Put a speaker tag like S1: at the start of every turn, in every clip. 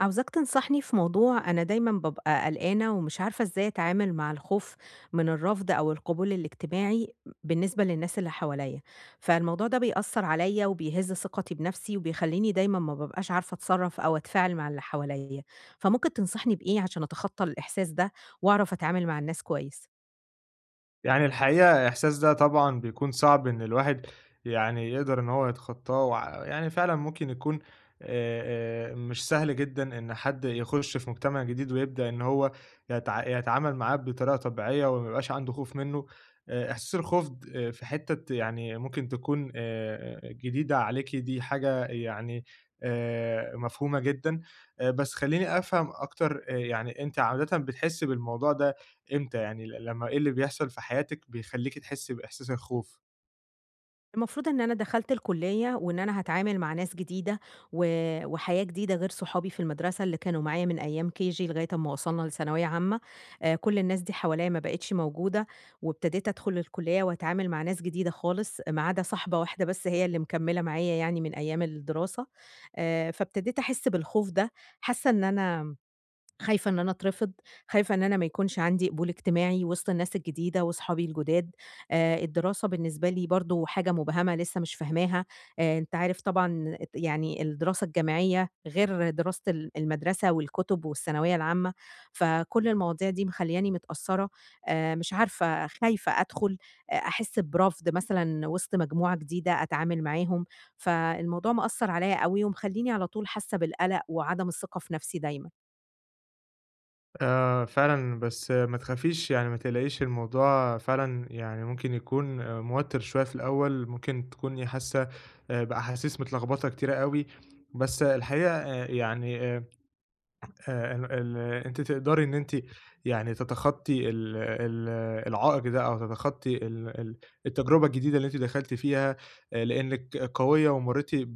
S1: عاوزاك تنصحني في موضوع. أنا دايمًا بابقى قلقانة ومش عارفة إزاي أتعامل مع الخوف من الرفض أو القبول الاجتماعي بالنسبة للناس اللي حواليّا، فالموضوع ده بيأثّر عليّا وبيهز ثقتي بنفسي وبيخلّيني دايمًا ما بابقاش عارفة أتصرّف أو أتفاعل مع اللي حواليّا، فممكن تنصحني بإيه عشان أتخطّى الإحساس ده وأعرف أتعامل مع الناس كويس؟
S2: يعني الحقيقة الإحساس ده طبعًا بيكون صعب إن الواحد يعني يقدر إن هو يتخطاه، يعني فعلًا ممكن يكون مش سهل جدًا إن حد يخش في مجتمع جديد ويبدأ إن هو يتعامل معاه بطريقة طبيعية وما يبقاش عنده خوف منه. إحساس الخوف د في حتّة يعني ممكن تكون جديدة عليكِ، دي حاجة يعني مفهومة جدًا. بس خلّيني أفهم أكتر. يعني أنتِ عادةً بتحسّي بالموضوع ده إمتى؟ يعني لمّا إيه اللي بيحصل في حياتِك بيخلّيكِ تحسّي بإحساس الخوف؟
S1: المفروض إن أنا دخلت الكلية، وإن أنا هاتعامل مع ناس جديدة، و وحياة جديدة غير صحابي في المدرسة اللي كانوا معايا من أيام KG لغاية أمّا وصلنا لثانوية عامة، كل الناس دي حواليّا ما بقتش موجودة، وابتديت أدخل الكلية وأتعامل مع ناس جديدة خالص، ما عدا صاحبة واحدة بس هي اللي مكملة معايا يعني من أيام الدراسة. فابتديت أحس بالخوف ده، حاسة إن أنا خايفة إن أنا أترفض، خايفة إن أنا ما يكونش عندي قبول اجتماعي وسط الناس الجديدة وأصحابي الجداد. الدراسة بالنسبة لي برضه حاجة مبهمة لسه مش فاهماها. أنت عارف طبعًا، يعني الدراسة الجامعية غير دراسة المدرسة والكُتب والثانوية العامة، فكل المواضيع دي مخلّياني متأثّرة. مش عارفة، خايفة أدخل أ أحس برفض مثلًا وسط مجموعة جديدة أتعامل معاهم، فالموضوع مأثّر عليّا أوي ومخلّيني على طول حاسة بالقلق وعدم الثقة في نفسي دايمًا.
S2: آه فعلًا، بس ما تخافيش، يعني ما تقلقيش، الموضوع فعلًا يعني ممكن يكون موتِّر شوية في الأول، ممكن تكوني حاسة بأحاسيس متلخبطة كتيرة أوي. بس آه، الحقيقة يعني ال ال أنتِ تقدري إن أنتِ يعني تتخطّي ال ال العائق ده، أو تتخطّي ال ال التجربة الجديدة اللي أنتِ دخلتِ فيها، لإنِّك قوية ومرّيتِ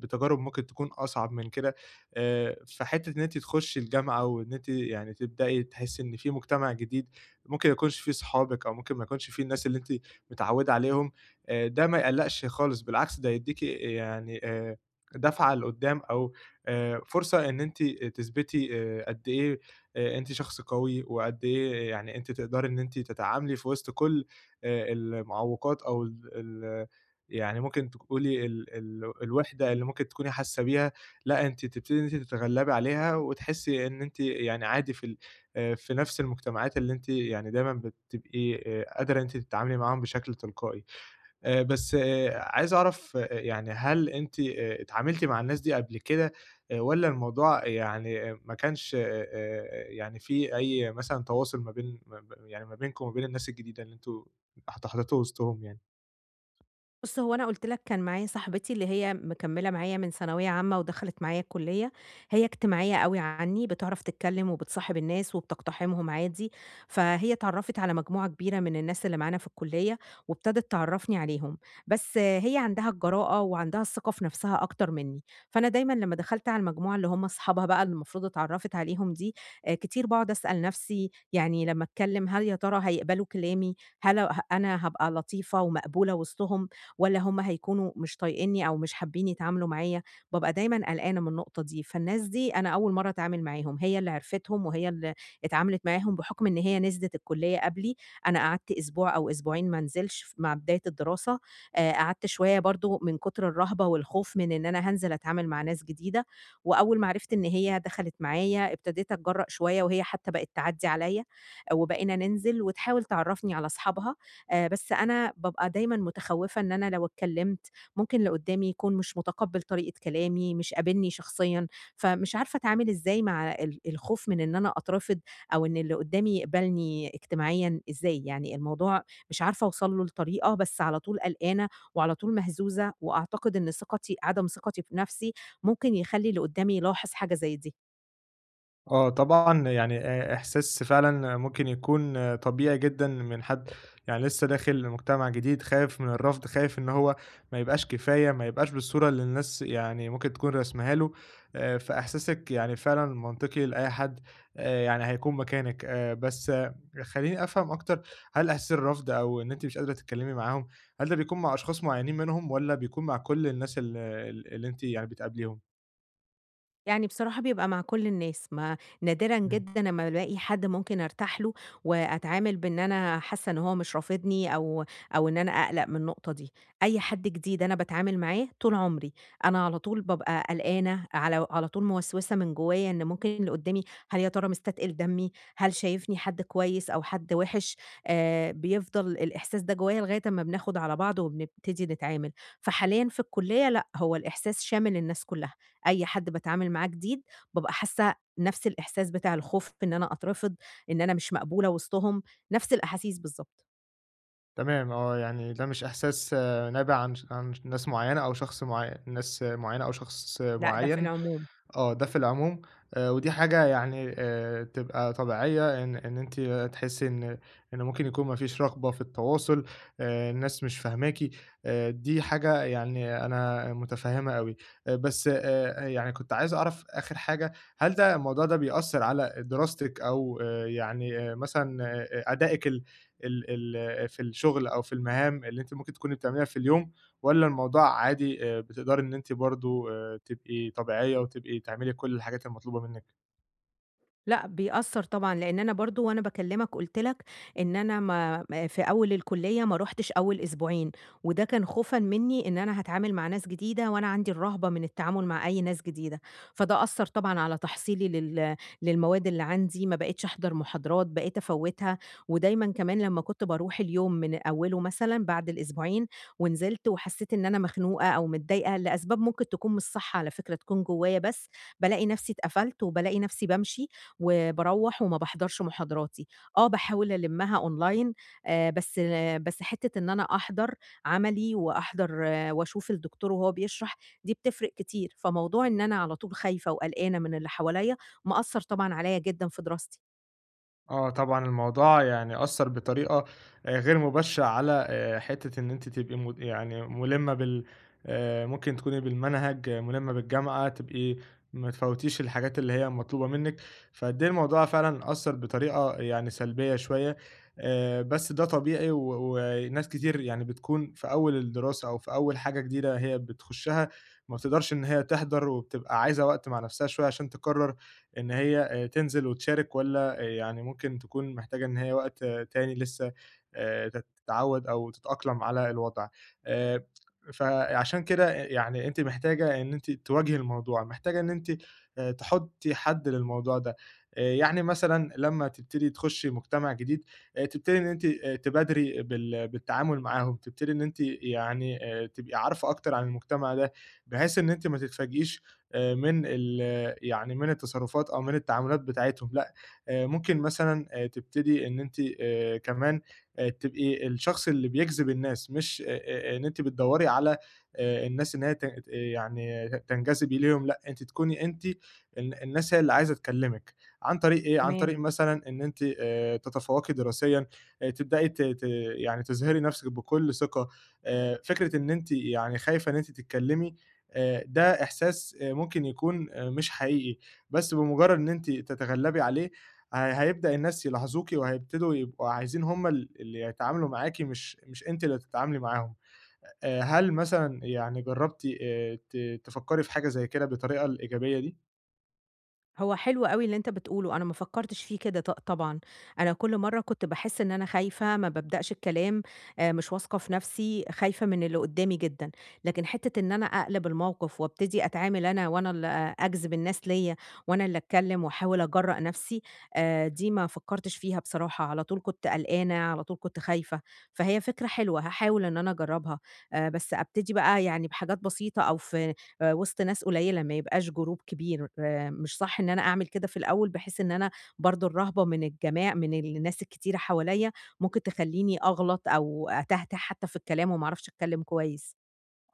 S2: بتجارب ممكن تكون أصعب من كده. فحتّة إن أنتِ تخشّي الجامعة وإن أنتِ يعني تبدئي تحسّي إن في مجتمع جديد ممكن ما يكونش فيه صحابِك أو ممكن ما يكونش فيه الناس اللي أنتِ متعوّدة عليهم، ده ما يقلّقش خالص، بالعكس ده هيدّيكِ يعني دَفعة لقُدّام، أو فرصة إن أنتِ تثبتي قد إيه أنتِ شخص قوي، وقد إيه يعني أنتِ تقدري إن أنتِ تتعاملي في وسط كل المعوقات، أو ال ال يعني ممكن تقولي ال ال الوحدة اللي ممكن تكوني حاسة بيها. لأ، أنتِ تبتدي إن أنتِ تتغلبي عليها، وتحسي إن أنتِ يعني عادي في ال في نفس المجتمعات اللي أنتِ يعني دايمًا بتبقي قادرة إن أنتِ تتعاملي معاهم بشكل تلقائي. بس عايز أعرف، آه، يعني هل أنتِ اتعاملتِ مع الناس دي قبل كده، والّا الموضوع يعني آه، ما كانش يعني في أي مثلًا تواصل ما بين ما ب يعني ما بينكم وما بين الناس الجديدة اللي أنتم اتحطيتوا وسطهم يعني؟
S1: بُص، هو أنا قُلت لك كان معايا صاحبتي اللي هي مكمّلة معايا من ثانوية عامة ودخلت معايا الكلية. هي اجتماعية أوي عنّي، بتعرف تتكلّم وبتصاحب الناس وبتقتحمهم عادي، فهي اتعرّفت على مجموعة كبيرة من الناس اللي معانا في الكلية وابتدت تعرّفني عليهم، بس هي عندها الجراءة وعندها الثقة في نَفْسها أكتر منّي. فأنا دايمًا لمّا دخلت على المجموعة اللي هم أصحابها بقى اللي المفروض اتعرّفت عليهم دي، كتير باقعد أسأل نَفْسي يعني لمّا أتكلّم هل يا ترى هيقبلوا كلامي، هل أنا هابقى لطيفة ومقبولة وسطهم؟ والّا هُم هيكونوا مش طايقينّي أو مش حابين يتعاملوا معايا. بابقى دايمًا قلقانة من النقطة دي، فالناس دي أنا أول مرّة أتعامل معاهم، هي اللي عرفتهم وهي اللي اتعاملت معاهم بحُكم إن هي نزلت الكلية قبلي. أنا قعدت أسبوع أو أسبوعين ما انزلش مع بداية الدراسة. قعدت شوية برضه من كتر الرهبة والخوف من إن أنا هانزل أتعامل مع ناس جديدة، وأول ما عرفت إن هي دخلت معايا ابتديت أتجرأ شوية، وهي حتى بقت تعدّي عليَّ، وبقينا ننزل وتحاول تعرّفني على أصحابها. بس أنا بابقى دايمًا متخوّفة إن أنا لو اتكلّمت، ممكن اللي قدّامي يكون مش مُتقبّل طريقة كلامي، مش قابلني شخصيًا، فمش عارفة أتعامل إزاي مع الخوف من إن أنا أترفض، أو إن اللي قدّامي يقبلني اجتماعيًا إزاي. يعني الموضوع مش عارفة أوصل له لطريقة، بس على طول قلقانة وعلى طول مهزوزة، وأعتقد إن عدم ثقتي في نَفْسي ممكن يخلّي اللي قدّامي يلاحظ حاجة زي دي.
S2: آه طبعًا، يعني إحساس فعلًا ممكن يكون آه، طبيعي جدًا من حد يعني لسه داخل مجتمع جديد، خايف من الرفض، خايف إن هو ما يبقاش كفاية، ما يبقاش بالصورة اللي الناس يعني ممكن تكون راسماها له. فإحساسِك يعني فعلًا منطقي لأي حد يعني هيكون مكانِك. بس آه، خلّيني أفهم أكتر. هل إحساس الرفض، أو إن أنتِ مش قادرة تتكلمي معاهم، هل ده بيكون مع أشخاص معينين منهم والّا بيكون مع كل الناس ال ال اللي أنتِ يعني بتقابليهم؟
S1: يعني بصراحة بيبقى مع كل الناس، ما نادرًا
S2: إمم.
S1: جدًا أمّا بالاقي حد ممكن أرتاح له، وأتعامل بإن أنا حاسة إن هو مش رافضني، أو إن أنا أقلق من النقطة دي. أي حد جديد أنا باتعامل معاه طول عمري، أنا على طول بابقى قلقانة، على طول موسوسة من جوايا إن ممكن اللي قدامي، هل يا ترى مستتقل دمي، هل شايفني حد كويس أو حد وِحِش. بيفضل الإحساس ده جوايا لغاية أمّا بناخد على بعض وبنبتدي نتعامل. فحاليًا في الكلية لأ، هو الإحساس شامل الناس كلها. أي حد باتعامل معاه جديد، بابقى حاسة نفس الإحساس بتاع الخوف إن أنا أترفض، إن أنا مش مقبولة وسطهم، نفس الأحاسيس بالضبط.
S2: تمام آه، يعني ده مش إحساس آه، نابع عن عن ناس معيّنة أو شخص
S1: لأ، ده في
S2: معيّن.
S1: العموم.
S2: آه، ده في العموم. ودي حاجة يعني تبقى طبيعية، إن أنتِ تحسي إن ممكن يكون ما فيش رغبة في التواصل. الناس مش فاهماكِ. دي حاجة يعني أنا متفهمها أوي. بس يعني كنت عايز أعرف آخر حاجة، هل الموضوع ده بيأثر على دراستِك، أو يعني مثلًا آه، آه، أدائِك ال ال ال في الشغل، أو في المهام اللي أنتِ ممكن تكوني بتعمليها في اليوم؟ والّا الموضوع عادي، بتقدري إن أنتِ برضه تبقي طبيعية وتبقي تعملي كل الحاجات المطلوبة منِّك؟
S1: لأ، بيأثّر طبعًا، لإن أنا برضه وأنا باكلّمك قُلت لك إن أنا ما ما في أول الكُلّية ما رُحتش أول أسبوعين، وده كان خوفًا منّي إن أنا هاتعامل مع ناس جديدة وأنا عندي الرهبة من التعامل مع أي ناس جديدة، فده أثّر طبعًا على تحصيلي للمواد اللي عندي. ما بقيتش أحضر محاضرات، بقيت أفوّتها، ودايمًا كمان لمّا كنت باروح اليوم من أوّله مثلًا بعد الأسبوعين ونزلت وحسّيت إن أنا مخنوقة أو متضايقة لأسباب ممكن تكون مش صح على فكرة، تكون جوّايا بس، بالاقي نَفْسي اتقفلت وبالاقي نَفْسي بامشي وباروّح وما باحضرش محاضراتي. باحاول ألمّها أونلاين. بس حتّة إن أنا أحضر عملي وأحضر، وأشوف الدكتور وهو بيشرح، دي بتفرق كتير. فموضوع إن أنا على طول خايفة وقلقانة من اللي حواليّا، مأثّر طبعًا عليّا جدًا في دراستي.
S2: آه طبعًا، الموضوع يعني أثّر بطريقة غير مباشرة على حتّة إن أنتِ تبقي يعني مُلِمّة بال ممكن تكوني بالمنهج، آه، مُلِمّة بالجامعة، تبقي ما تفوّتيش الحاجات اللي هي مطلوبة منِّك. فقد إيه الموضوع فعلًا أثّر بطريقة يعني سلبية شوية. بس ده طبيعي، وناس كتير يعني بتكون في أول الدراسة أو في أول حاجة جديدة هي بتخشّها ما بتقدرش إن هي تحضر، وبتبقى عايزة وقت مع نَفْسها شوية عشان تقرّر إن هي تنزل وتشارك والّا يعني ممكن تكون محتاجة إن هي وقت آه، تاني لسه تت تتعوّد أو تتأقلم على الوضع. آآ فعشان كده يعني أنتِ محتاجة إن أنتِ تواجهي الموضوع، محتاجة إن أنتِ تحُطّي حد للموضوع ده. يعني مثلًا لمّا تبتدي تخُشّي مجتمع جديد، تبتدي إن أنتِ تبادري بالتعامل معاهم، تبتدي إن أنتِ يعني تبقي عارفة أكتر عن المجتمع ده، بحيث إن أنتِ ما تتفاجئيش من ال يعني من التصرفات أو من التعاملات بتاعتهم. لأ، ممكن مثلًا تبتدي إن أنتِ كمان تبقي الشخص اللي بيجذب الناس، مش إن أنتِ بتدوّري على الناس إن هي ت ت يعني تنجذبي ليهم. لأ، أنتِ تكوني أنتِ الناس هي اللي عايزة تكلمِك، عن طريق إيه؟ عن
S1: تمام.
S2: طريق مثلًا إن أنتِ تتفوّقي دراسيًا، تبدئي ت ت يعني تظهري نَفْسِك بكل ثقة. فكرة إن أنتِ يعني خايفة إن أنتِ تتكلمي، ده إحساس ممكن يكون مش حقيقي، بس بمجرد إن أنتِ تتغلّبي عليه هيبدأ الناس يلاحظوكِ، وهيبتدوا يبقوا عايزين هم اللي يتعاملوا معاكِ، مش أنتِ اللي تتعاملي معاهم. هل مثلًا يعني جرّبتِ ت تفكّري في حاجة زي كده بالطريقة الإيجابية دي؟
S1: هو حلو أوي اللي أنت بتقوله، أنا ما فكّرتش فيه كده طبعًا، أنا كل مرّة كنت باحس إن أنا خايفة، ما بابدأش الكلام. مش واثقة في نَفْسي، خايفة من اللي قُدّامي جدًا، لكن حتّة إن أنا أقلب الموقِف وابتدي أتعامل أنا، وأنا اللي أجذب الناس ليّا، وأنا اللي أتكلّم واحاول أجرّأ نَفْسي. دي ما فكّرتش فيها بصراحة، على طول كنت قلقانة، على طول كنت خايفة، فهي فكرة حلوة هاحاول إن أنا أجرّبها. بس أبتدي بقى يعني بحاجات بسيطة، أو في وسط ناس قليلة، ما يبقاش جروب كبير. مش صح إن أنا أعمل كده في الأول، بحيث إن أنا برضه الرهبة من الناس الكتيرة حواليّا، ممكن تخلّيني أغلط أو أتهته حتى في الكلام وما أعرفش أتكلم كويس.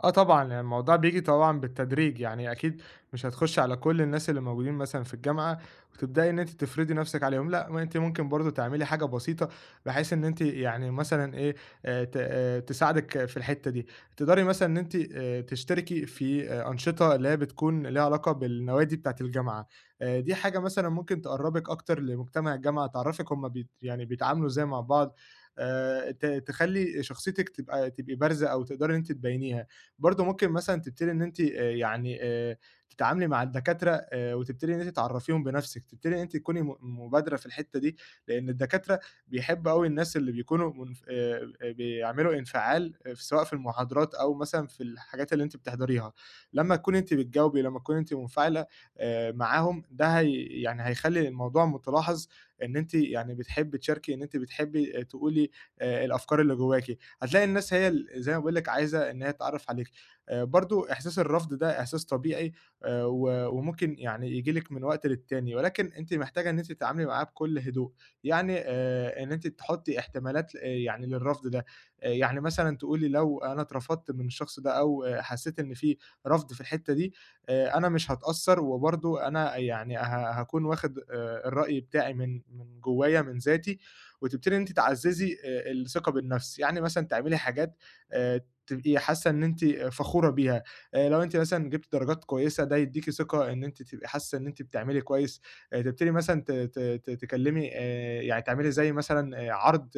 S2: آه طبعًا، يعني الموضوع بييجي طبعًا بالتدريج، يعني أكيد مش هتخُشّي على كل الناس اللي موجودين مثلًا في الجامعة وتبدئي إن أنتِ تفرضي نَفْسِك عليهم. لأ، ما أنتِ ممكن برضه تعملي حاجة بسيطة بحيث إن أنتِ يعني مثلًا إيه، ت تساعدِك في الحتّة دي. تقدري مثلًا إن أنتِ تشتركي في أنشطة اللي هي بتكون ليها علاقة بالنوادي بتاعة الجامعة. دي حاجة مثلًا ممكن تقرّبِك أكتر لمجتمع الجامعة، تعرّفِك هم يعني بيتعاملوا إزاي مع بعض. ت تخلّي شخصيتِك تبقى تبقي بارزة، أو تقدري إن أنتِ تبيّنيها. برضه ممكن مثلًا تبتدي إن أنتِ تتعاملي مع الدكاترة، وتبتدي إن أنتِ تعرّفيهم بنَفْسِك، تبتدي إن أنتِ تكوني مبادرة في الحتّة دي، لإن الدكاترة بيحبّوا أوي الناس اللي بيكونوا منف بيعملوا انفعال سواء في المحاضرات أو مثلًا في الحاجات اللي أنتِ بتحضريها. لمّا تكوني أنتِ بتجاوبي، لمّا تكوني أنتِ منفعلة معاهم، ده يعني هيخلّي الموضوع متلاحظ إن أنتِ يعني بتحبّي تشاركي، إن أنتِ بتحبّي آه، تقولي الأفكار اللي جواكِ. هتلاقي الناس هي زي ما باقول لِك عايزة إن هي تتعرّف عليكِ. برضه إحساس الرفض ده إحساس طبيعي، و وممكن يعني ييجي لِك من وقت للتاني، ولكن أنتِ محتاجة إن أنتِ تتعاملي معاه بكل هدوء. يعني إن أنتِ تحطّي احتمالات يعني للرفض ده. يعني مثلًا تقولي لو أنا اترفضت من الشخص ده، أو آه، حسّيت إن في رفض في الحتّة دي، أنا مش هاتأثّر، وبرضه أنا يعني هاكون واخد الرأي بتاعي من جوّايا من ذاتي. وتبتدي إن أنتِ تعزّزي الثقة بالنفس، يعني مثلًا تعملي حاجات آآ تبقي حاسة إن أنتِ فخورة بيها. لو أنتِ مثلًا جبتِ درجات كويسة، ده يدّيكِ ثقة إن أنتِ تبقي حاسة إن أنتِ بتعملي كويس. تبتدي مثلًا ت ت ت تكلمي، يعني تعملي زي مثلًا عرض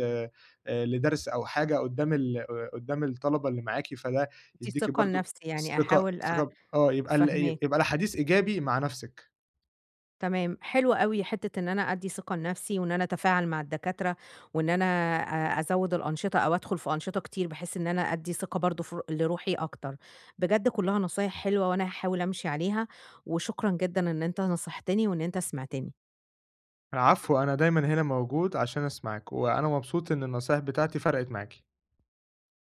S2: لدرس أو حاجة قدّام ال آه، قدّام الطلبة اللي معاكِ. فده
S1: دي
S2: يدّيكِ
S1: ثقة
S2: برضه
S1: لنفسي، يعني
S2: ثقة
S1: أحاول
S2: ثقة يبقى
S1: فاهماك.
S2: يبقى الحديث إيجابي مع نَفْسِك.
S1: تمام، حلو أوي حتّة إن أنا أدّي ثقة لنفسي، وإن أنا أتفاعل مع الدكاترة، وإن أنا أزوّد الأنشطة أو أدخل في أنشطة كتير بحيث إن أنا أدّي ثقة برضه في لروحي أكتر. بجد كُلّها نصايح حلوة وأنا هاحاول أمشي عليها، وشكرًا جدًا إن أنت نصحتني وإن أنت سمعتني.
S2: العفو، أنا دايمًا هنا موجود عشان أسمعِك، وأنا مبسوط إن النصايح بتاعتي فرقِت معاكِ.